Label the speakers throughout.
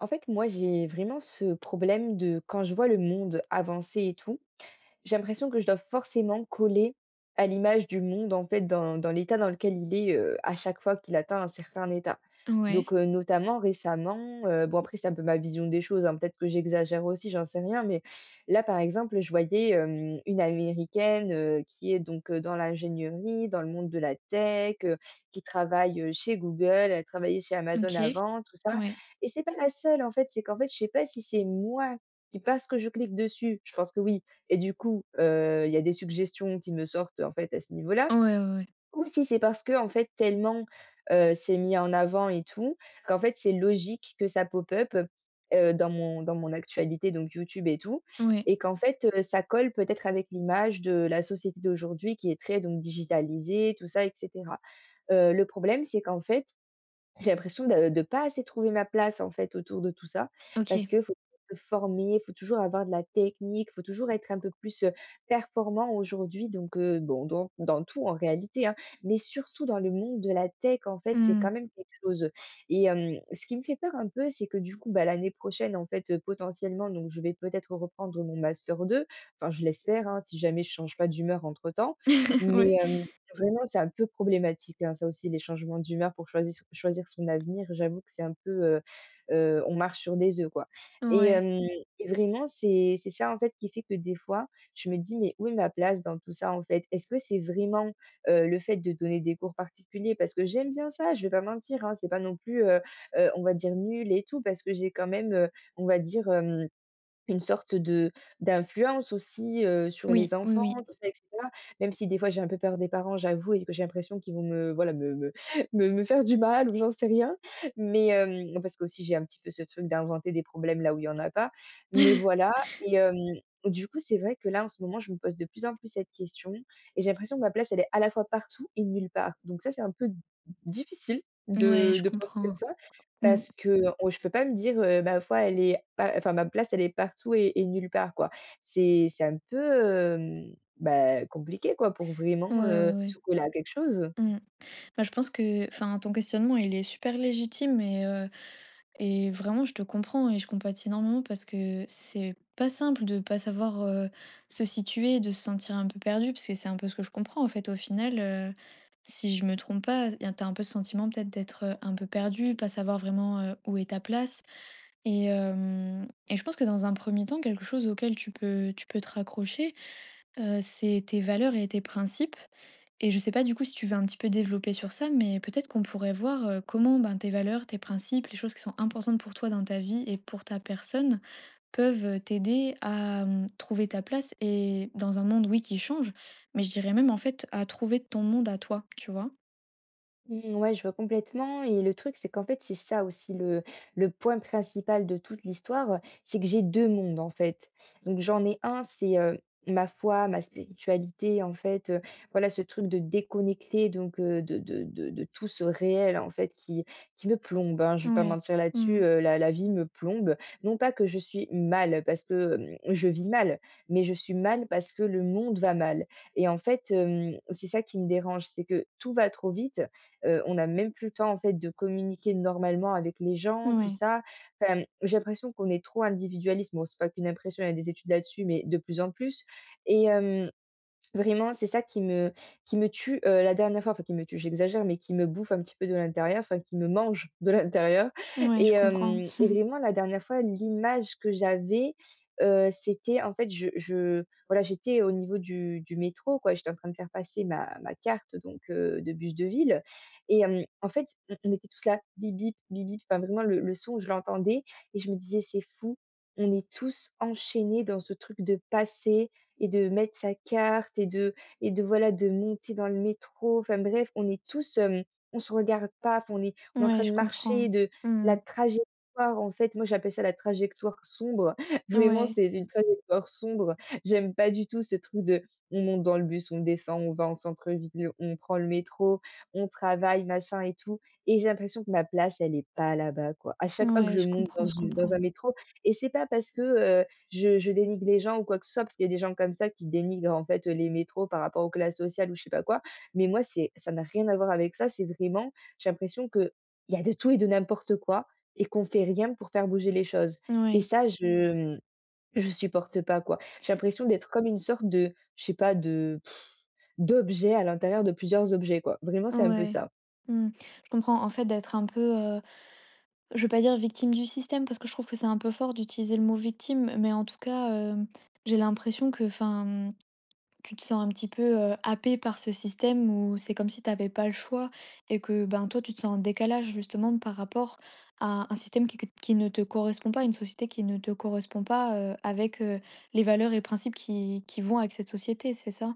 Speaker 1: En fait, moi, j'ai vraiment ce problème de quand je vois le monde avancer et tout, j'ai l'impression que je dois forcément coller à l'image du monde, en fait, dans l'état dans lequel il est, à chaque fois qu'il atteint un certain état.
Speaker 2: Ouais,
Speaker 1: Donc, notamment récemment, bon après c'est un peu ma vision des choses, hein, peut-être que j'exagère aussi, j'en sais rien, mais là, par exemple, je voyais, une américaine, qui est donc, dans l'ingénierie, dans le monde de la tech, qui travaille, chez Google, elle travaillait chez Amazon
Speaker 2: OK.
Speaker 1: avant, tout ça
Speaker 2: Ouais.
Speaker 1: et c'est pas la seule, en fait. C'est qu'en fait, je sais pas si c'est moi qui parce que je clique dessus, je pense que oui, et du coup, il y a des suggestions qui me sortent, en fait, à ce niveau-là,
Speaker 2: Ouais, ouais, ouais.
Speaker 1: ou si c'est parce que en fait, tellement, c'est mis en avant et tout, qu'en fait, c'est logique que ça pop up, dans mon actualité, donc YouTube et tout
Speaker 2: Ouais,
Speaker 1: et qu'en fait, ça colle peut-être avec l'image de la société d'aujourd'hui qui est très donc digitalisée, tout ça et cetera. Le problème, c'est qu'en fait, j'ai l'impression de pas assez trouver ma place, en fait, autour de tout ça. Parce
Speaker 2: OK.
Speaker 1: que faut se former, faut toujours avoir de la technique, faut toujours être un peu plus, performant aujourd'hui. Donc, bon, dans tout en réalité, hein, mais surtout dans le monde de la tech, en fait, c'est
Speaker 2: Mmh.
Speaker 1: quand même quelque chose. Ce qui me fait peur un peu, c'est que du coup, bah, l'année prochaine, en fait, potentiellement, donc je vais peut-être reprendre mon master deux. Enfin, je l'espère, hein, si jamais je change pas d'humeur entre temps. Mais
Speaker 2: Ouais,
Speaker 1: Vraiment, c'est un peu problématique, hein, ça aussi, les changements d'humeur pour choisir son avenir. J'avoue que c'est un peu, on marche sur des œufs, quoi et
Speaker 2: ouais.
Speaker 1: hem et vraiment, c'est ça, en fait, qui fait que des fois, je me dis: «Mais où est ma place dans tout ça, en fait?» Est-ce que c'est vraiment, le fait de donner des cours particuliers? Parce que j'aime bien ça, je vais pas mentir, hein, c'est pas non plus, on va dire nul et tout parce que j'ai quand même, on va dire, hem une sorte de d'influence aussi, sur les
Speaker 2: Oui, oui,
Speaker 1: enfants,
Speaker 2: oui.
Speaker 1: tout ça et cetera. Même si des fois j'ai un peu peur des parents, j'avoue et que j'ai l'impression qu'ils vont me voilà, me me faire du mal ou j'en sais rien. Mais, parce que aussi j'ai un petit peu ce truc d'inventer des problèmes là où il y en a pas. Mais voilà et hem, du coup, c'est vrai que là, en ce moment, je me pose de plus en plus cette question et j'ai l'impression que ma place, elle est à la fois partout et nulle part. Donc ça, c'est un peu difficile
Speaker 2: Ouais,
Speaker 1: de
Speaker 2: je
Speaker 1: de penser
Speaker 2: comprends.
Speaker 1: comme ça.
Speaker 2: Mmh.
Speaker 1: Parce que on je peux pas me dire, «Ma foi, elle est pa enfin, ma place, elle est partout et nulle part», quoi. C'est un peu, bah, compliqué, quoi, pour
Speaker 2: Ouais,
Speaker 1: vraiment,
Speaker 2: ouais,
Speaker 1: se
Speaker 2: ouais.
Speaker 1: coller à quelque chose.
Speaker 2: Mmh. Bah, je pense que, enfin, ton questionnement, il est super légitime. Et Et vraiment, je te comprends et je compatis énormément, parce que c'est pas simple de pas savoir, se situer, de se sentir un peu perdu, parce que c'est un peu ce que je comprends en fait. Au final, si je me trompe pas, t'as un peu ce sentiment peut-être d'être, un peu perdu, pas savoir vraiment où est ta place. Et, euh, et je pense que dans un premier temps, quelque chose auquel tu peux te raccrocher, c'est tes valeurs et tes principes. Et je sais pas du coup si tu veux un petit peu développer sur ça, mais peut-être qu'on pourrait voir, comment, ben, tes valeurs, tes principes, les choses qui sont importantes pour toi dans ta vie et pour ta personne peuvent, t'aider à, trouver ta place et dans un monde, oui, qui change, mais je dirais même, en fait, à trouver ton monde à toi, tu vois?
Speaker 1: Mmh, ouais, je vois complètement et le truc, c'est qu'en fait, c'est ça aussi le point principal de toute l'histoire, c'est que j'ai 2 mondes, en fait. Donc j'en ai un, c'est, ma foi, ma spiritualité, en fait, voilà, ce truc de déconnecter donc de de tout ce réel, en fait, qui me plombe, hein, je vais pas
Speaker 2: Ouais.
Speaker 1: mentir là-dessus,
Speaker 2: Mmh.
Speaker 1: la vie me plombe. Non pas que je suis mal parce que, je vis mal, mais je suis mal parce que le monde va mal et en fait, c'est ça qui me dérange, c'est que tout va trop vite. On a même plus le temps en fait de communiquer normalement avec les gens, tout
Speaker 2: Ouais.
Speaker 1: ça. Enfin, j'ai l'impression qu'on est trop individualiste. Bon, c'est pas qu'une impression, il y a des études là-dessus, mais de plus en plus et hem Vraiment, c'est ça qui me tue, la dernière fois, enfin qui me tue, j'exagère, mais qui me bouffe un petit peu de l'intérieur, enfin qui me mange de l'intérieur
Speaker 2: Ouais,
Speaker 1: et
Speaker 2: je comprends.
Speaker 1: hem et vraiment la dernière fois, l'image que j'avais, c'était en fait je voilà, j'étais au niveau du métro quoi, j'étais en train de faire passer ma carte donc de bus de ville en fait, on était tous là: «Bip bip, bip bip», enfin vraiment le son, je l'entendais et je me disais: «C'est fou, on est tous enchaînés dans ce truc de passer, et de mettre sa carte et de voilà, de monter dans le métro. Enfin bref, on est tous, on se regarde pas, enfin on est en
Speaker 2: Ouais,
Speaker 1: train
Speaker 2: je
Speaker 1: de
Speaker 2: comprends.
Speaker 1: marcher, de la
Speaker 2: Mmh.
Speaker 1: trajectoire en fait, moi j'appelle ça la trajectoire sombre.» Vraiment,
Speaker 2: Ouais.
Speaker 1: c'est une trajectoire sombre. J'aime pas du tout ce truc de on monte dans le bus, on descend, on va en centre-ville, on prend le métro, on travaille, machin et tout et j'ai l'impression que ma place, elle est pas là-bas, quoi. À chaque fois que
Speaker 2: Ouais,
Speaker 1: je
Speaker 2: je
Speaker 1: monte dans
Speaker 2: comprends, je
Speaker 1: une dans
Speaker 2: comprends.
Speaker 1: un métro et c'est pas parce que, je dénigre les gens ou quoi que ce soit, parce qu'il y a des gens comme ça qui dénigrent, en fait, les métros par rapport aux classes sociales ou je sais pas quoi. Mais moi, c'est ça n'a rien à voir avec ça. C'est vraiment j'ai l'impression que il y a de tout et de n'importe quoi et qu'on fait rien pour faire bouger les choses. Et
Speaker 2: Ouais.
Speaker 1: ça, je, je supporte pas, quoi. J'ai l'impression d'être comme une sorte de, je sais pas, de d'objet à l'intérieur de plusieurs objets, quoi. Vraiment, c'est un peu
Speaker 2: Ouais.
Speaker 1: ça.
Speaker 2: Mmh. Je comprends, en fait. D'être un peu, je veux pas dire victime du système, parce que je trouve que c'est un peu fort d'utiliser le mot victime, mais en tout cas, j'ai l'impression que, enfin, tu te sens un petit peu, happée par ce système, où c'est comme si tu avais pas le choix et que, ben, toi, tu te sens en décalage justement par rapport à un système qui ne te correspond pas, une société qui ne te correspond pas, avec, les valeurs et principes qui vont avec cette société, c'est ça?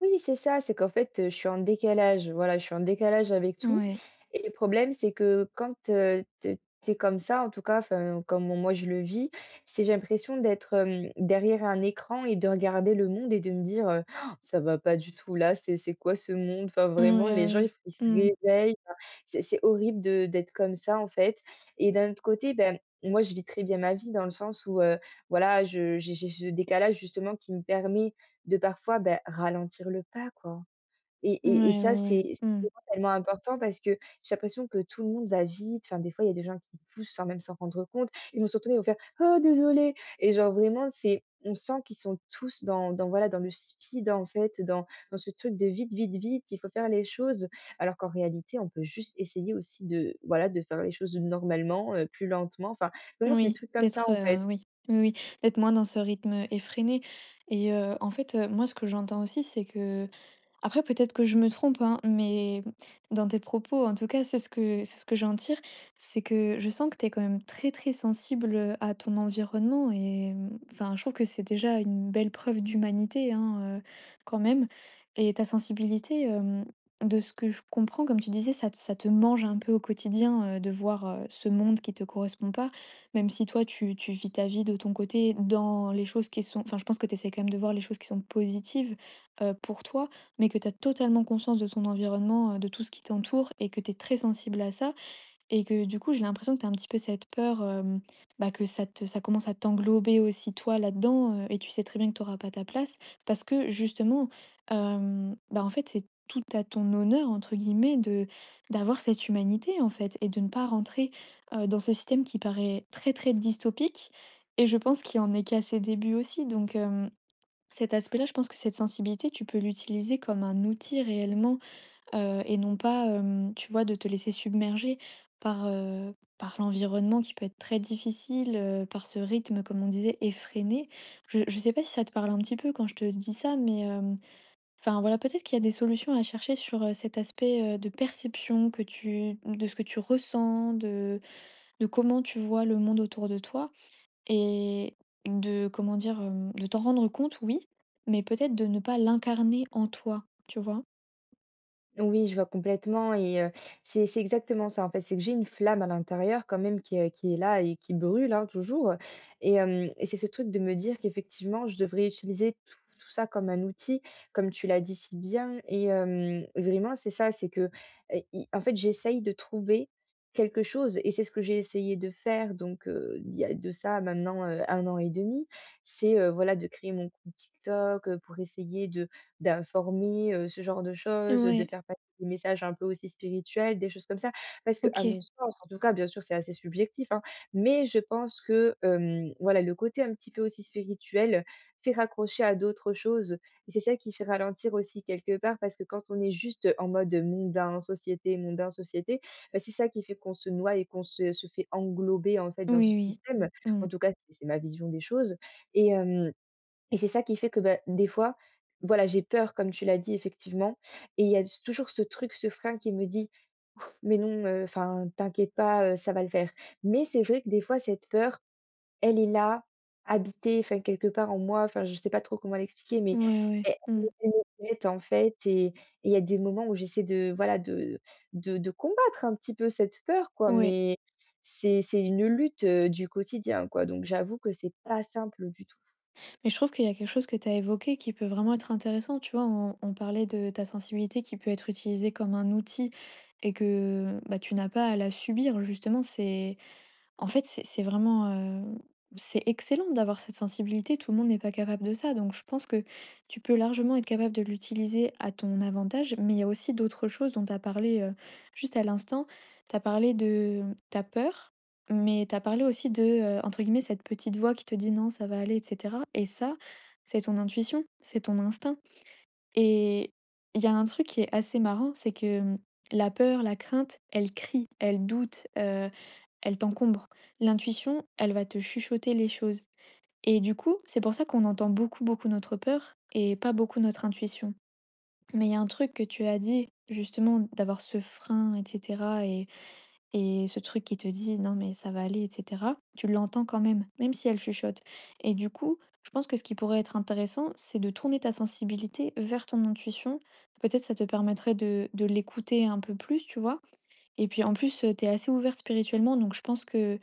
Speaker 1: Oui, c'est ça, c'est qu'en fait, je suis en décalage, voilà, je suis en décalage avec tout
Speaker 2: Ouais.
Speaker 1: et le problème, c'est que quand, tu tu comme ça, en tout cas, enfin, comme moi je le vis, c'est j'ai l'impression d'être, derrière un écran et de regarder le monde et de me dire, «Oh, ça va pas du tout là, c'est quoi ce monde?» Enfin
Speaker 2: Ouais,
Speaker 1: vraiment les gens, il
Speaker 2: ouais,
Speaker 1: faut ils se
Speaker 2: ouais. Mmh.
Speaker 1: réveillent, enfin, c'est horrible de d'être comme ça, en fait et d'un autre côté, ben, moi je vis très bien ma vie dans le sens où, voilà, je j'ai ce décalage justement qui me permet de parfois, bah, ralentir le pas, quoi et
Speaker 2: Ouais,
Speaker 1: et et ça,
Speaker 2: ouais, ouais.
Speaker 1: c'est
Speaker 2: Mmh.
Speaker 1: vraiment tellement important parce que j'ai l'impression que tout le monde va vite. Enfin, des fois, il y a des gens qui poussent sans même s'en rendre compte. Ils vont se retourner, ils vont faire: «Oh désolé» et genre vraiment, c'est on sent qu'ils sont tous dans voilà, dans le speed, en fait, dans dans ce truc de vite, vite, vite, il faut faire les choses. Alors qu'en réalité, on peut juste essayer aussi de, voilà, de faire les choses normalement, plus lentement. Enfin, vraiment, c'est des
Speaker 2: Oui,
Speaker 1: trucs comme ça,
Speaker 2: d'être,
Speaker 1: en fait.
Speaker 2: oui, oui, oui, d'être moins dans ce rythme effréné. Et en fait, moi, ce que j'entends aussi, c'est que, après, peut-être que je me trompe, hein, mais dans tes propos, en tout cas, c'est ce que j'en tire, c'est que je sens que tu es quand même très très sensible à ton environnement. Et enfin, je trouve que c'est déjà une belle preuve d'humanité, hein, quand même. Et ta sensibilité, de ce que je comprends, comme tu disais, ça te mange un peu au quotidien, de voir ce monde qui te correspond pas, même si toi, tu vis ta vie de ton côté dans les choses qui sont. Enfin, je pense que tu essaies quand même de voir les choses qui sont positives pour toi, mais que tu as totalement conscience de ton environnement, de tout ce qui t'entoure, et que tu es très sensible à ça. Et que du coup, j'ai l'impression que tu as un petit peu cette peur, bah, que ça commence à t'englober aussi toi là-dedans, et tu sais très bien que tu auras pas ta place, parce que justement, bah, en fait, c'est tout à ton «honneur» entre guillemets de d'avoir cette humanité, en fait, et de ne pas rentrer, dans ce système qui paraît très, très dystopique. Et je pense qu'il en est qu'à ses débuts aussi, donc cet aspect-là, je pense que cette sensibilité, tu peux l'utiliser comme un outil réellement, et non pas, tu vois, de te laisser submerger par l'environnement, qui peut être très difficile, par ce rythme, comme on disait, effréné. Je sais pas si ça te parle un petit peu quand je te dis ça, mais, enfin, voilà, peut-être qu'il y a des solutions à chercher sur, cet aspect, de perception que tu de ce que tu ressens, de comment tu vois le monde autour de toi. Et de, comment dire, de t'en rendre compte, oui, mais peut-être de ne pas l'incarner en toi, tu vois?
Speaker 1: Oui, je vois complètement et c'est exactement ça, en fait. C'est que j'ai une flamme à l'intérieur quand même qui est là et qui brûle, hein, toujours et c'est ce truc de me dire qu'effectivement, je devrais utiliser tout ça comme un outil, comme tu l'as dit si bien et vraiment, c'est ça, c'est que, i en fait, j'essaye de trouver quelque chose et c'est ce que j'ai essayé de faire donc il y a de ça maintenant, 1 an et demi. C'est, voilà, de créer mon compte TikTok, pour essayer de d'informer, ce genre de choses, de
Speaker 2: Ouais,
Speaker 1: faire passer des messages un peu aussi spirituels, des choses comme ça. Parce que à mon
Speaker 2: OK.
Speaker 1: sens, en tout cas, bien sûr, c'est assez subjectif, hein, mais je pense que, voilà, le côté un petit peu aussi spirituel fait raccrocher à d'autres choses et c'est ça qui fait ralentir aussi quelque part parce que quand on est juste en mode mondain, société, bah, c'est ça qui fait qu'on se noie et qu'on se fait englober, en fait,
Speaker 2: Oui,
Speaker 1: dans ce
Speaker 2: oui,
Speaker 1: système.
Speaker 2: oui. Mmh.
Speaker 1: En tout cas, c'est ma vision des choses et hem et c'est ça qui fait que, bah, des fois, voilà, j'ai peur comme tu l'as dit effectivement et il y a s toujours ce truc, ce frein qui me dit: «Mais non, enfin t'inquiète pas, ça va le faire». Mais c'est vrai que des fois cette peur, elle est là, habitée, enfin quelque part en moi, enfin je sais pas trop comment l'expliquer mais
Speaker 2: Ouais, ouais.
Speaker 1: elle
Speaker 2: Mmh.
Speaker 1: elle me guette en fait et il y a des moments où j'essaie de voilà de de combattre un petit peu cette peur quoi,
Speaker 2: Ouais.
Speaker 1: mais c'est une lutte, du quotidien quoi, donc j'avoue que c'est pas simple du.
Speaker 2: Mais je trouve qu'il y a quelque chose que tu as évoqué qui peut vraiment être intéressant, tu vois? On parlait de ta sensibilité, qui peut être utilisée comme un outil et que, bah, tu n'as pas à la subir justement. C'est En fait, c'est vraiment, c'est excellent d'avoir cette sensibilité, tout le monde n'est pas capable de ça, donc je pense que tu peux largement être capable de l'utiliser à ton avantage. Mais il y a aussi d'autres choses dont tu as parlé, juste à l'instant. Tu as parlé de ta peur, mais tu as parlé aussi de, entre guillemets «cette petite voix qui te dit: "Non, ça va aller", et cetera», et ça, c'est ton intuition, c'est ton instinct. Et il y a un truc qui est assez marrant, c'est que, la peur, la crainte, elle crie, elle doute, elle t'encombre. L'intuition, elle va te chuchoter les choses, et du coup, c'est pour ça qu'on entend beaucoup, beaucoup notre peur et pas beaucoup notre intuition. Mais il y a un truc que tu as dit, justement, d'avoir ce frein et cetera, et ce truc qui te dit: «Non mais ça va aller» et cetera, tu l'entends quand même, même si elle chuchote. Et du coup, je pense que ce qui pourrait être intéressant, c'est de tourner ta sensibilité vers ton intuition. Peut-être ça te permettrait de l'écouter un peu plus, tu vois? Et puis en plus, tu es assez ouverte spirituellement, donc je pense que,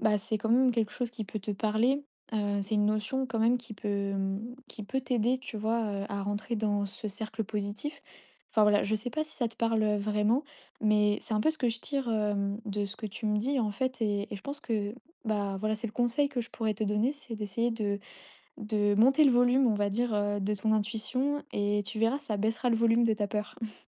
Speaker 2: bah, c'est quand même quelque chose qui peut te parler. C'est une notion quand même qui peut t'aider, tu vois, à rentrer dans ce cercle positif. Enfin voilà, je sais pas si ça te parle, vraiment, mais c'est un peu ce que je tire, de ce que tu me dis, en fait, et je pense que, bah, voilà, c'est le conseil que je pourrais te donner, c'est d'essayer de monter le volume, on va dire, de ton intuition, et tu verras, ça baissera le volume de ta peur.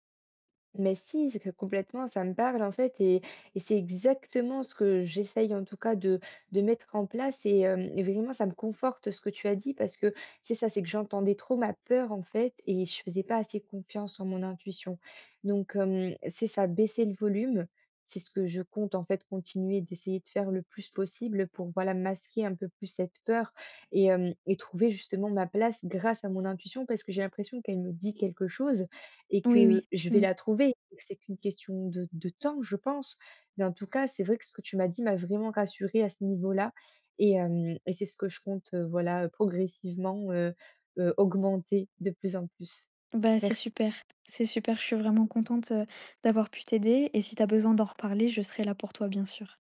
Speaker 1: Mais si, c'est que complètement, ça me parle en fait et c'est exactement ce que j'essaye en tout cas de mettre en place et vraiment ça me conforte ce que tu as dit parce que c'est ça, c'est que j'entendais trop ma peur en fait et je faisais pas assez confiance en mon intuition. Donc c'est ça, baisser le volume, c'est ce que je compte en fait continuer d'essayer de faire le plus possible pour voilà masquer un peu plus cette peur et trouver justement ma place grâce à mon intuition parce que j'ai l'impression qu'elle me dit quelque chose et
Speaker 2: Oui,
Speaker 1: que
Speaker 2: oui.
Speaker 1: je vais
Speaker 2: Mmh.
Speaker 1: la trouver et que c'est qu'une question de temps, je pense. Mais en tout cas, c'est vrai que ce que tu m'as dit m'a vraiment rassurée à ce niveau-là et c'est ce que je compte, voilà, progressivement, augmenter de plus en plus.
Speaker 2: Bah,
Speaker 1: Merci.
Speaker 2: c'est super, je suis vraiment contente, d'avoir pu t'aider, et si t'as besoin d'en reparler, je serai là pour toi, bien sûr.